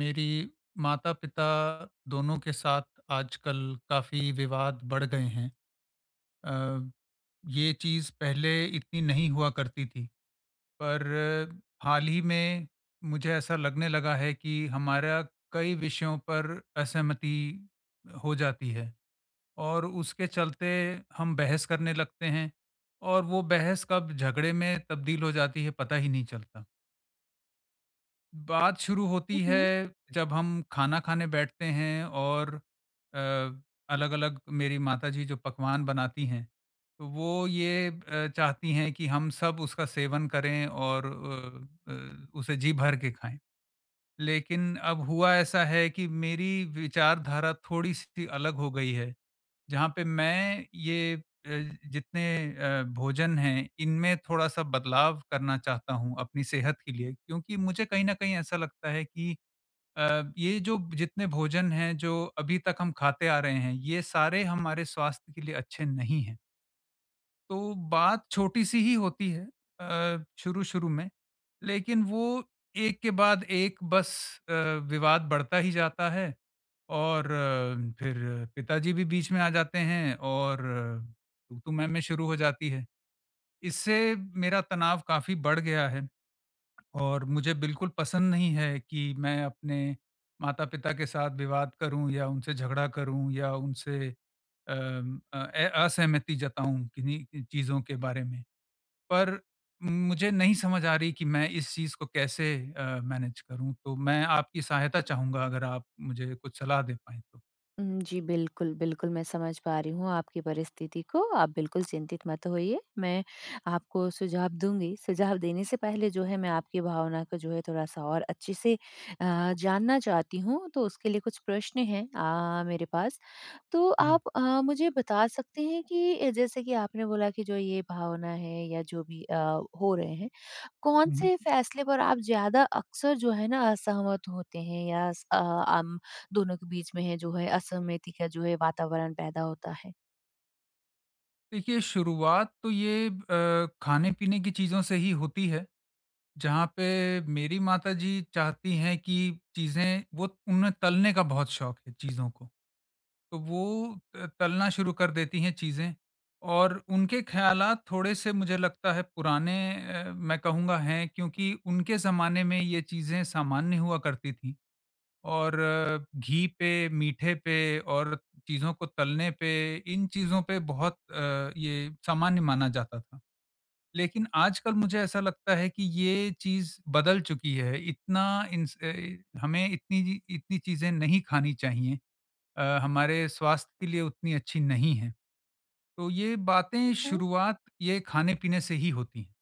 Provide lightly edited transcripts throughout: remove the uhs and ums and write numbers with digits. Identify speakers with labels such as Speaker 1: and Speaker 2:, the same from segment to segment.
Speaker 1: मेरी माता-पिता दोनों के साथ आजकल काफ़ी विवाद बढ़ गए हैं। अ, ये चीज़ पहले इतनी नहीं हुआ करती थी, पर हाल ही में मुझे ऐसा लगने लगा है कि हमारा कई विषयों पर असहमति हो जाती है और उसके चलते हम बहस करने लगते हैं, और वो बहस कब झगड़े में तब्दील हो जाती है, पता ही नहीं चलता। बात शुरू होती है
Speaker 2: मम्,
Speaker 1: जब हम खाना खाने बैठते हैं, और अलग-अलग मेरी माताजी जो पकवान बनाती हैं, तो वो ये चाहती हैं कि हम सब उसका सेवन करें और उसे जी भर के खाएँ। लेकिन अब हुआ ऐसा है कि मेरी विचारधारा थोड़ी-सी अलग हो गई है। जहाँ पे मैं ये जितने भोजन हैं, इनमें थोड़ा-सा बदलाव करना चाहता हूँ अपनी सेहत के लिए। क्योंकि मुझे कहीं न कहीं ऐसा लगता है कि ये जो जितने भोजन हैं, जो अभी तक हम खाते आ रहे हैं, ये सारे हमारे स्वास्थ्य के लिए अच्छे नहीं हैं। तो बात छोटी-सी ही होती है शुरू-शुरू में, लेकिन वो एक के बाद एक बस अ, विवाद बढ़ता ही जाता है, और फिर पिताजी भी बीच में आ जाते हैं और तू तू मैं शुरू हो जाती है। इससे मेरा तनाव काफ़ी बढ़ गया है, और मुझे बिल्कुल पसंद नहीं है कि मैं अपने माता-पिता के साथ विवाद करूँ या उनसे झगड़ा करूँ या उनसे अम, अ, ए असहमति जताऊँ किन्हीं चीज़ों के बारे में। पर मुझे नहीं समझ आ रही कि मैं इस चीज़ को कैसे मैनेज करूँ? तो मैं आपकी सहायता चाहूँगा, अगर आप मुझे कुछ सलाह दे पाएँ तो?
Speaker 2: जी। बिल्कुल बिल्कुल मैं समझ पा रही हूँ आपकी परिस्थिति को। आप बिल्कुल चिंतित मत होइए। मैं आपको सुझाव दूंगी। सुझाव देने से पहले जो है मैं आपकी भावना को जो है थोड़ा सा और अच्छे से जानना चाहती हूँ। तो उसके लिए कुछ प्रश्न हैं मेरे पास। तो
Speaker 1: जी।
Speaker 2: आप मुझे बता सकते हैं कि जैसे कि आपने बोला कि जो ये भावना है या जो भी हो रहे हैं, कौन
Speaker 1: हुँ, हुँ।
Speaker 2: से फैसले पर आप ज़्यादा अक्सर जो है ना असहमत होते हैं या हम दोनों के बीच में है जो है असहमति का जो है वातावरण पैदा होता है।
Speaker 1: देखिए, शुरुआत तो ये खाने-पीने की चीज़ों से ही होती है, जहाँ पे मेरी माताजी चाहती हैं कि चीज़ें, वो उन्हें तलने का बहुत शौक है चीज़ों को, तो वो त तलना शुरू कर देती हैं चीज़ें, और उनके ख़्यालात थोड़े-से मुझे लगता है पुराने, मैं कहूँगा हैं, क्योंकि उनके ज़माने में ये चीज़ें सामान्य हुआ करती थी। और घी पे, मीठे पे और चीज़ों को तलने पे, इन चीज़ों पे बहुत ये सामान्य माना जाता था। लेकिन आजकल मुझे ऐसा लगता है कि ये चीज़ बदल चुकी है। इतना हमें इतनी इतनी चीज़ें नहीं खानी चाहिए। हमारे स्वास्थ्य के लिए उतनी अच्छी नहीं है। तो ये बातें शुरुआत ये खाने-पीने से ही होती हैं।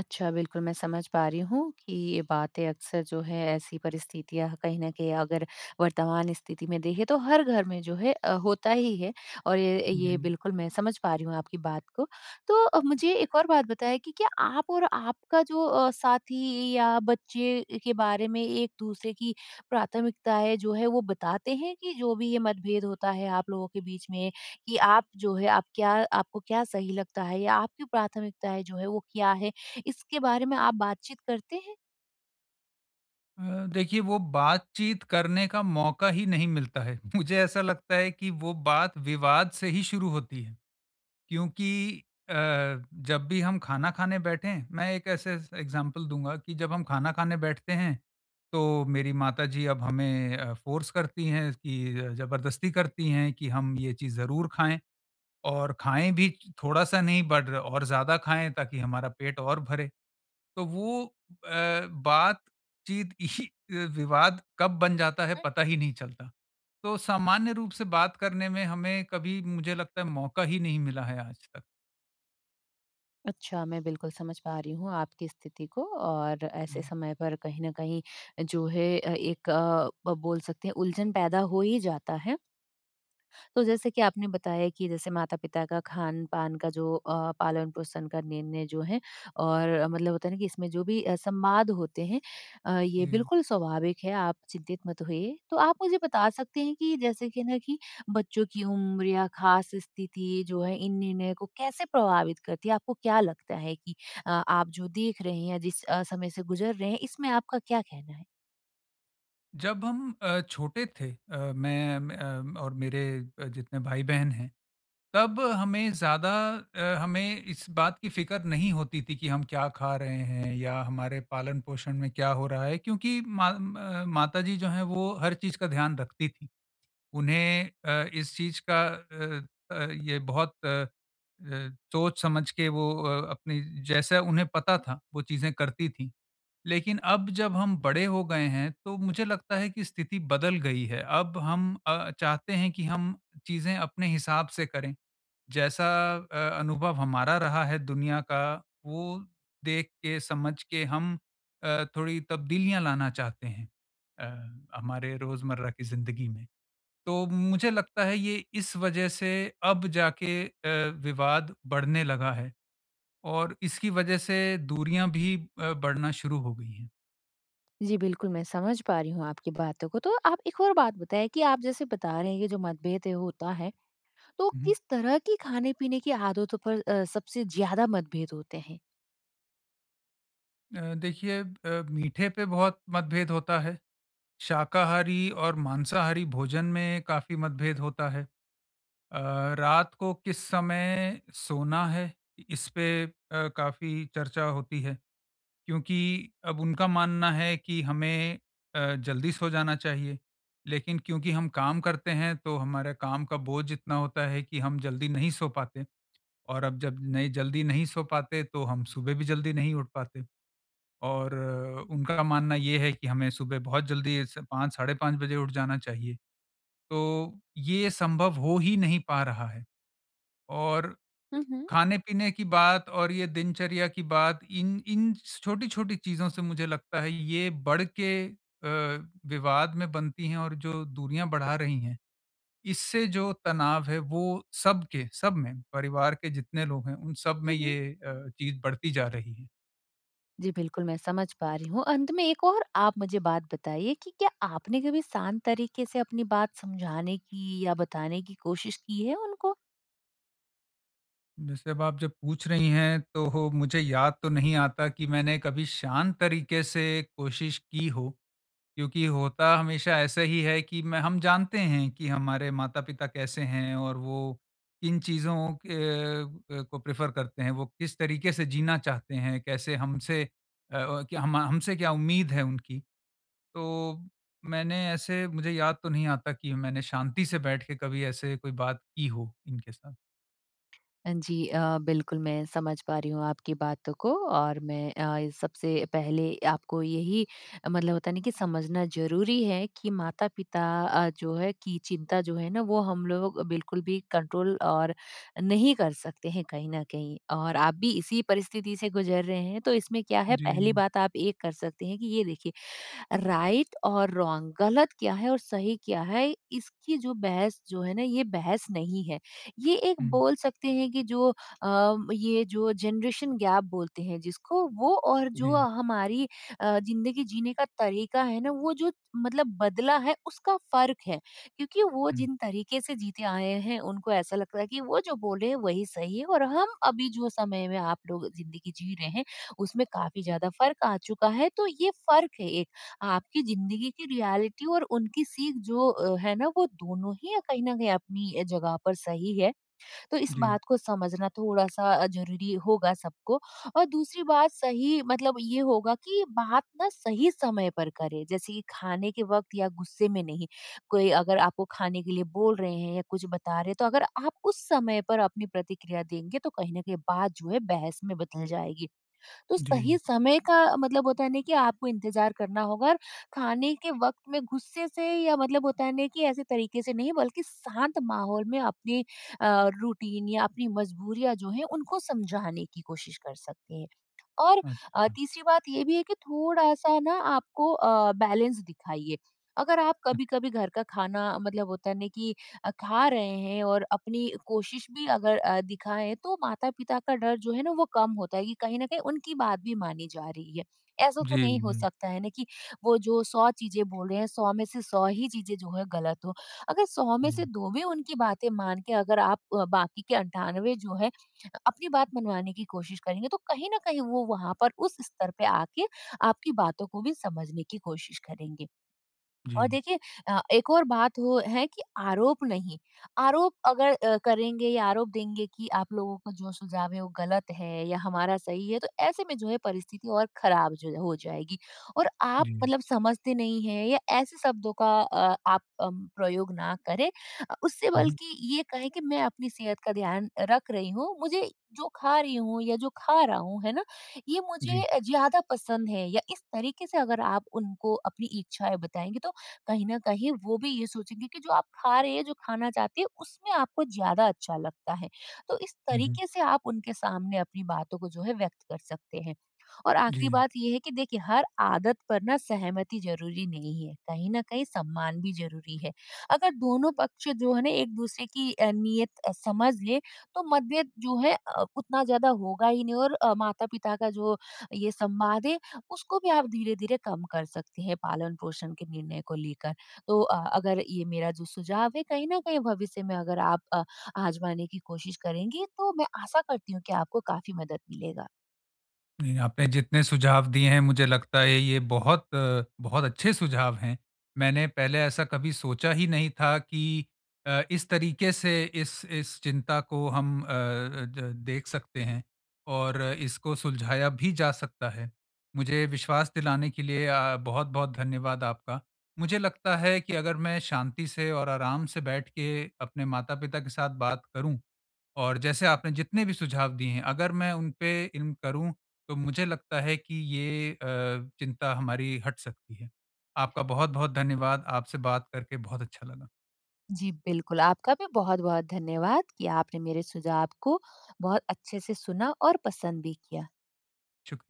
Speaker 2: अच्छा, बिल्कुल मैं समझ पा रही हूँ कि ये बातें अक्सर जो है ऐसी परिस्थितियाँ कहीं न कहीं अगर वर्तमान स्थिति में देखें तो हर घर में जो है होता ही है। और ये
Speaker 1: जी।
Speaker 2: बिल्कुल मैं समझ पा रही हूँ आपकी बात को। तो मुझे एक और बात बताएँ कि क्या आप और आपका जो साथी या बच्चे के बारे में एक-दूसरे की प्राथमिकताएँ जो है वो बताते हैं कि जो भी ये मतभेद होता है आप लोगों के बीच में, कि आप जो है आप क्या आपको क्या सही लगता है या आपकी प्राथमिकताएँ जो है वो क्या है? इसके बारे में आप बातचीत करते हैं?
Speaker 1: देखिए, वो बातचीत करने का मौका ही नहीं मिलता है। मुझे ऐसा लगता है कि वो बात विवाद से ही शुरू होती है, क्योंकि अ, जब भी हम खाना खाने बैठें, मैं एक ऐसे स एग्ज़ाम्पल दूँगा कि जब हम खाना खाने बैठते हैं, तो मेरी माताजी अब हमें फ़ोर्स करती हैं कि ज़बरदस्ती करती हैं कि हम ये चीज़ ज़रूर खाएँ, और खाएँ भी थोड़ा-सा नहीं बट और ज़्यादा खाएँ, ताकि हमारा पेट और भरे। तो वो बातचीत ही विवाद कब बन जाता है, पता
Speaker 2: हुँ।
Speaker 1: ही नहीं चलता। तो सामान्य रूप से बात करने में हमें कभी मुझे लगता है मौका ही नहीं मिला है आज तक।
Speaker 2: अच्छा, मैं बिल्कुल समझ पा रही हूँ आपकी स्थिति को। और ऐसे
Speaker 1: हुँ,
Speaker 2: समय पर कहीं न कहीं जो है एक अ, ब बोल सकते हैं उलझन पैदा हो ही जाता है। तो जैसे कि आपने बताया कि जैसे माता-पिता का खान-पान का जो पालन-पोषण का निर्णय जो है और मतलब होता है ना कि इसमें जो भी संवाद होते हैं, ये
Speaker 1: जी।
Speaker 2: बिल्कुल स्वाभाविक है। आप चिंतित मत होइए। तो आप मुझे बता सकते हैं कि जैसे कि ना कि बच्चों की उम्र या खास स्थिति जो है इन निर्णय को कैसे प्रभावित करती है? आपको क्या लगता है कि आप जो देख रहे हैं या जिस समय से गुज़र रहे हैं इसमें आपका क्या कहना है?
Speaker 1: जब हम छोटे थे, और मेरे जितने भाई-बहन हैं, तब हमें हमें इस बात की फ़िक्र नहीं होती थी कि हम क्या खा रहे हैं या हमारे पालन-पोषण में क्या हो रहा है, क्योंकि मा म माताजी जो हैं वो हर चीज़ का ध्यान रखती थी। उन्हें इस चीज़ का अ अ, ये बहुत अ अ, सोच समझ के वो अपनी जैसा उन्हें पता था, वो चीज़ें करती थीं। लेकिन अब जब हम बड़े हो गए हैं, तो मुझे लगता है कि स्थिति बदल गई है। अब हम चाहते हैं कि हम चीज़ें अपने हिसाब से करें। जैसा अनुभव हमारा रहा है दुनिया का, वो देख के समझ के हम थोड़ी तब्दीलियाँ लाना चाहते हैं अ, हमारे रोज़मर्रा की ज़िंदगी में। तो मुझे लगता है ये इस वजह से अब जाके विवाद बढ़ने लगा है, और इसकी वजह से दूरियां भी बढ़ना शुरू हो गई हैं।
Speaker 2: जी, बिल्कुल, मैं समझ पा रही हूँ आपकी बातों को। तो आप एक और बात बताएँ कि आप जैसे बता रहे हैं ये जो मतभेद है होता है, तो
Speaker 1: हुँ।
Speaker 2: किस तरह की खाने-पीने की आदतों पर सबसे ज़्यादा मतभेद होते हैं?
Speaker 1: देखिए, मीठे पे बहुत मतभेद होता है, शाकाहारी और मांसाहारी भोजन में काफ़ी मतभेद होता है। अ, रात को किस समय सोना है, इस पे काफ़ी चर्चा होती है। क्योंकि अब उनका मानना है कि हमें जल्दी सो जाना चाहिए। लेकिन क्योंकि हम काम करते हैं, तो हमारा काम का बोझ इतना होता है कि हम जल्दी नहीं सो पाते, और अब जब जल्दी नहीं सो पाते, तो हम सुबह भी जल्दी नहीं उठ पाते। और उनका मानना ये है कि हमें सुबह बहुत जल्दी स 5 साढ़े 5 बजे उठ जाना चाहिए। तो ये संभव हो ही नहीं पा रहा है, और
Speaker 2: हुँ, हुँ।
Speaker 1: खाने-पीने की बात और ये दिनचर्या की बात, इन इन छोटी-छोटी चीज़ों से मुझे लगता है ये बढ़ के अ, विवाद में बनती हैं, और जो दूरियाँ बढ़ा रही हैं, इससे जो तनाव है वो सब के सब में, परिवार के जितने लोग हैं उन सब
Speaker 2: हुँ,
Speaker 1: में
Speaker 2: हुँ।
Speaker 1: ये चीज़ बढ़ती जा रही है।
Speaker 2: जी, बिल्कुल, मैं समझ पा रही हूँ। अंत में एक और आप मुझे बात बताइए कि क्या आपने कभी शांत तरीके से अपनी बात समझाने की या बताने की कोशिश की है उनको?
Speaker 1: जैसे अब आप जब पूछ रही हैं, तो हो मुझे याद तो नहीं आता कि मैंने कभी शांत तरीके से कोशिश की हो। क्योंकि होता हमेशा ऐसा ही है कि मैं हम जानते हैं कि हमारे माता-पिता कैसे हैं, और वो किन चीज़ों के को प्रेफ़र करते हैं, वो किस तरीके से जीना चाहते हैं, कैसे हमसे अ अ, कि हम हमसे क्या उम्मीद है उनकी। तो मैंने ऐसे मुझे याद तो नहीं आता कि मैंने शांति से बैठ के कभी ऐसे कोई बात की हो इनके साथ।
Speaker 2: जी बिल्कुल, मैं समझ पा रही हूँ आपकी बातों को। और मैं इस सबसे पहले आपको यही मतलब होता है ना कि समझना ज़रूरी है कि माता-पिता जो है की चिंता जो है ना वो हम लोग बिल्कुल भी कंट्रोल और नहीं कर सकते हैं कहीं न कहीं। और आप भी इसी परिस्थिति से गुज़र रहे हैं, तो इसमें क्या है
Speaker 1: जी।
Speaker 2: पहली बात आप ये कर सकते हैं कि ये देखिए राइट और रॉन्ग गलत क्या है और सही क्या है इसकी जो बहस जो है ना ये बहस नहीं है। ये एक
Speaker 1: हुँ,
Speaker 2: बोल सकते हैं कि जो ये जो जनरेशन गैप बोलते हैं जिसको वो और जो
Speaker 1: जी।
Speaker 2: हमारी जिंदगी जीने का तरीका है ना वो जो मतलब बदला है उसका फर्क है। क्योंकि वो
Speaker 1: हुँ,
Speaker 2: जिन तरीके से जीते आए हैं उनको ऐसा लगता है कि वो जो बोले हैं वही सही है और हम अभी जो समय में आप लोग जिंदगी जी रहे हैं उसमें काफी ज्यादा फर्क आ चुका है। तो ये फर्क है। आपकी जिंदगी की रियलिटी और उनकी सीख जो है ना वो दोनों ही कहीं ना कहीं अपनी जगह पर सही है। तो इस
Speaker 1: जी,
Speaker 2: बात को समझना थोड़ा सा जरूरी होगा सबको। और दूसरी बात सही मतलब ये होगा कि बात ना सही समय पर करे जैसे कि खाने के वक्त या गुस्से में नहीं। कोई अगर आपको खाने के लिए बोल रहे हैं या कुछ बता रहे हैं तो अगर आप उस समय पर अपनी प्रतिक्रिया देंगे तो कहीं ना कहीं बात जो है बहस में बदल जाएगी। तो
Speaker 1: जी।
Speaker 2: सही समय का मतलब होता है ना कि आपको इंतज़ार करना होगा। और खाने के वक़्त में गुस्से से या मतलब होता है ना कि ऐसे तरीके से नहीं बल्कि शांत माहौल में अपनी अ, रूटीन या अपनी मजबूरियाँ जो हैं उनको समझाने की कोशिश कर सकते हैं। और
Speaker 1: अच्छा।
Speaker 2: तीसरी बात ये भी है कि थोड़ा-सा ना आपको बैलेंस दिखाइए। अगर आप कभी-कभी घर का खाना मतलब होता है ना कि खा रहे हैं और अपनी कोशिश भी अगर दिखाएँ तो माता-पिता का डर जो है ना वो कम होता है कि कहीं न कहीं उनकी बात भी मानी जा रही है। ऐसा तो
Speaker 1: जी,
Speaker 2: नहीं हो
Speaker 1: जी।
Speaker 2: सकता है ना कि वो जो 100 चीज़ें बोल रहे हैं 100 में से 100 ही चीज़ें जो है गलत हो। अगर 100 में से
Speaker 1: हुँ,
Speaker 2: 2 भी उनकी बातें मान के अगर आप बाकी के 98 जो है अपनी बात मनवाने की कोशिश करेंगे तो कहीं ना कहीं वो वहां पर उस स्तर पे आके आपकी बातों को भी समझने की कोशिश करेंगे। और
Speaker 1: जी,
Speaker 2: देखिए एक और बात हो है कि आरोप नहीं। आरोप अगर करेंगे या आरोप देंगे कि आप लोगों को जो सुझाव है वो गलत है या हमारा सही है तो ऐसे में जो है परिस्थिति और खराब जो है हो जाएगी। और आप
Speaker 1: जी।
Speaker 2: मतलब समझते नहीं है या ऐसे शब्दों का आप प्रयोग ना करें उससे
Speaker 1: हुँ, हुँ।
Speaker 2: बल्कि ये कहें कि मैं अपनी सेहत का ध्यान रख रही हूँ। मुझे जो खा रही हूँ या जो खा रहा हूँ है ना ये मुझे
Speaker 1: जी।
Speaker 2: ज्यादा पसंद है या इस तरीके से अगर आप उनको अपनी इच्छाएं बताएंगे तो कहीं न कहीं वो भी ये सोचेंगे कि जो आप खा रहे हैं, जो खाना चाहते हैं, उसमें आपको ज़्यादा अच्छा लगता है। तो इस
Speaker 1: हुँ, हुँ।
Speaker 2: तरीके से आप उनके सामने अपनी बातों को जो है व्यक्त कर सकते हैं। और आखिरी
Speaker 1: जी।
Speaker 2: बात ये है कि देखिए हर आदत पर ना सहमति ज़रूरी नहीं है, कहीं न कहीं सम्मान भी ज़रूरी है। अगर दोनों पक्ष जो है ना एक-दूसरे की नियत समझ लें तो मतभेद जो है उतना ज़्यादा होगा ही नहीं। और माता-पिता का जो ये संवाद है उसको भी आप धीरे-धीरे कम कर सकते हैं पालन-पोषण के निर्णय को लेकर। तो अगर ये मेरा जो सुझाव है कहीं न कहीं भविष्य में अगर आप आज़माने की कोशिश करेंगी तो मैं आशा करती हूँ कि आपको काफ़ी मदद मिलेगा।
Speaker 1: नहीं, आपने जितने सुझाव दिए हैं, मुझे लगता है ये बहुत अच्छे सुझाव हैं। मैंने पहले ऐसा कभी सोचा ही नहीं था कि इस तरीके से इस चिंता को हम अ अ, ज देख सकते हैं और इसको सुलझाया भी जा सकता है। मुझे विश्वास दिलाने के लिए बहुत-बहुत धन्यवाद आपका। मुझे लगता है कि अगर मैं शांति से और आराम से बैठ के अपने माता-पिता के साथ बात करूँ, और जैसे आपने जितने भी सुझाव दिए हैं, अगर मैं उन पे इल्म करूँ, तो मुझे लगता है कि ये चिंता हमारी हट सकती है। आपका बहुत-बहुत धन्यवाद। आपसे बात करके बहुत अच्छा लगा।
Speaker 2: जी, बिल्कुल। आपका भी बहुत-बहुत धन्यवाद कि आपने मेरे सुझाव को बहुत अच्छे से सुना और पसंद भी किया।
Speaker 1: शुक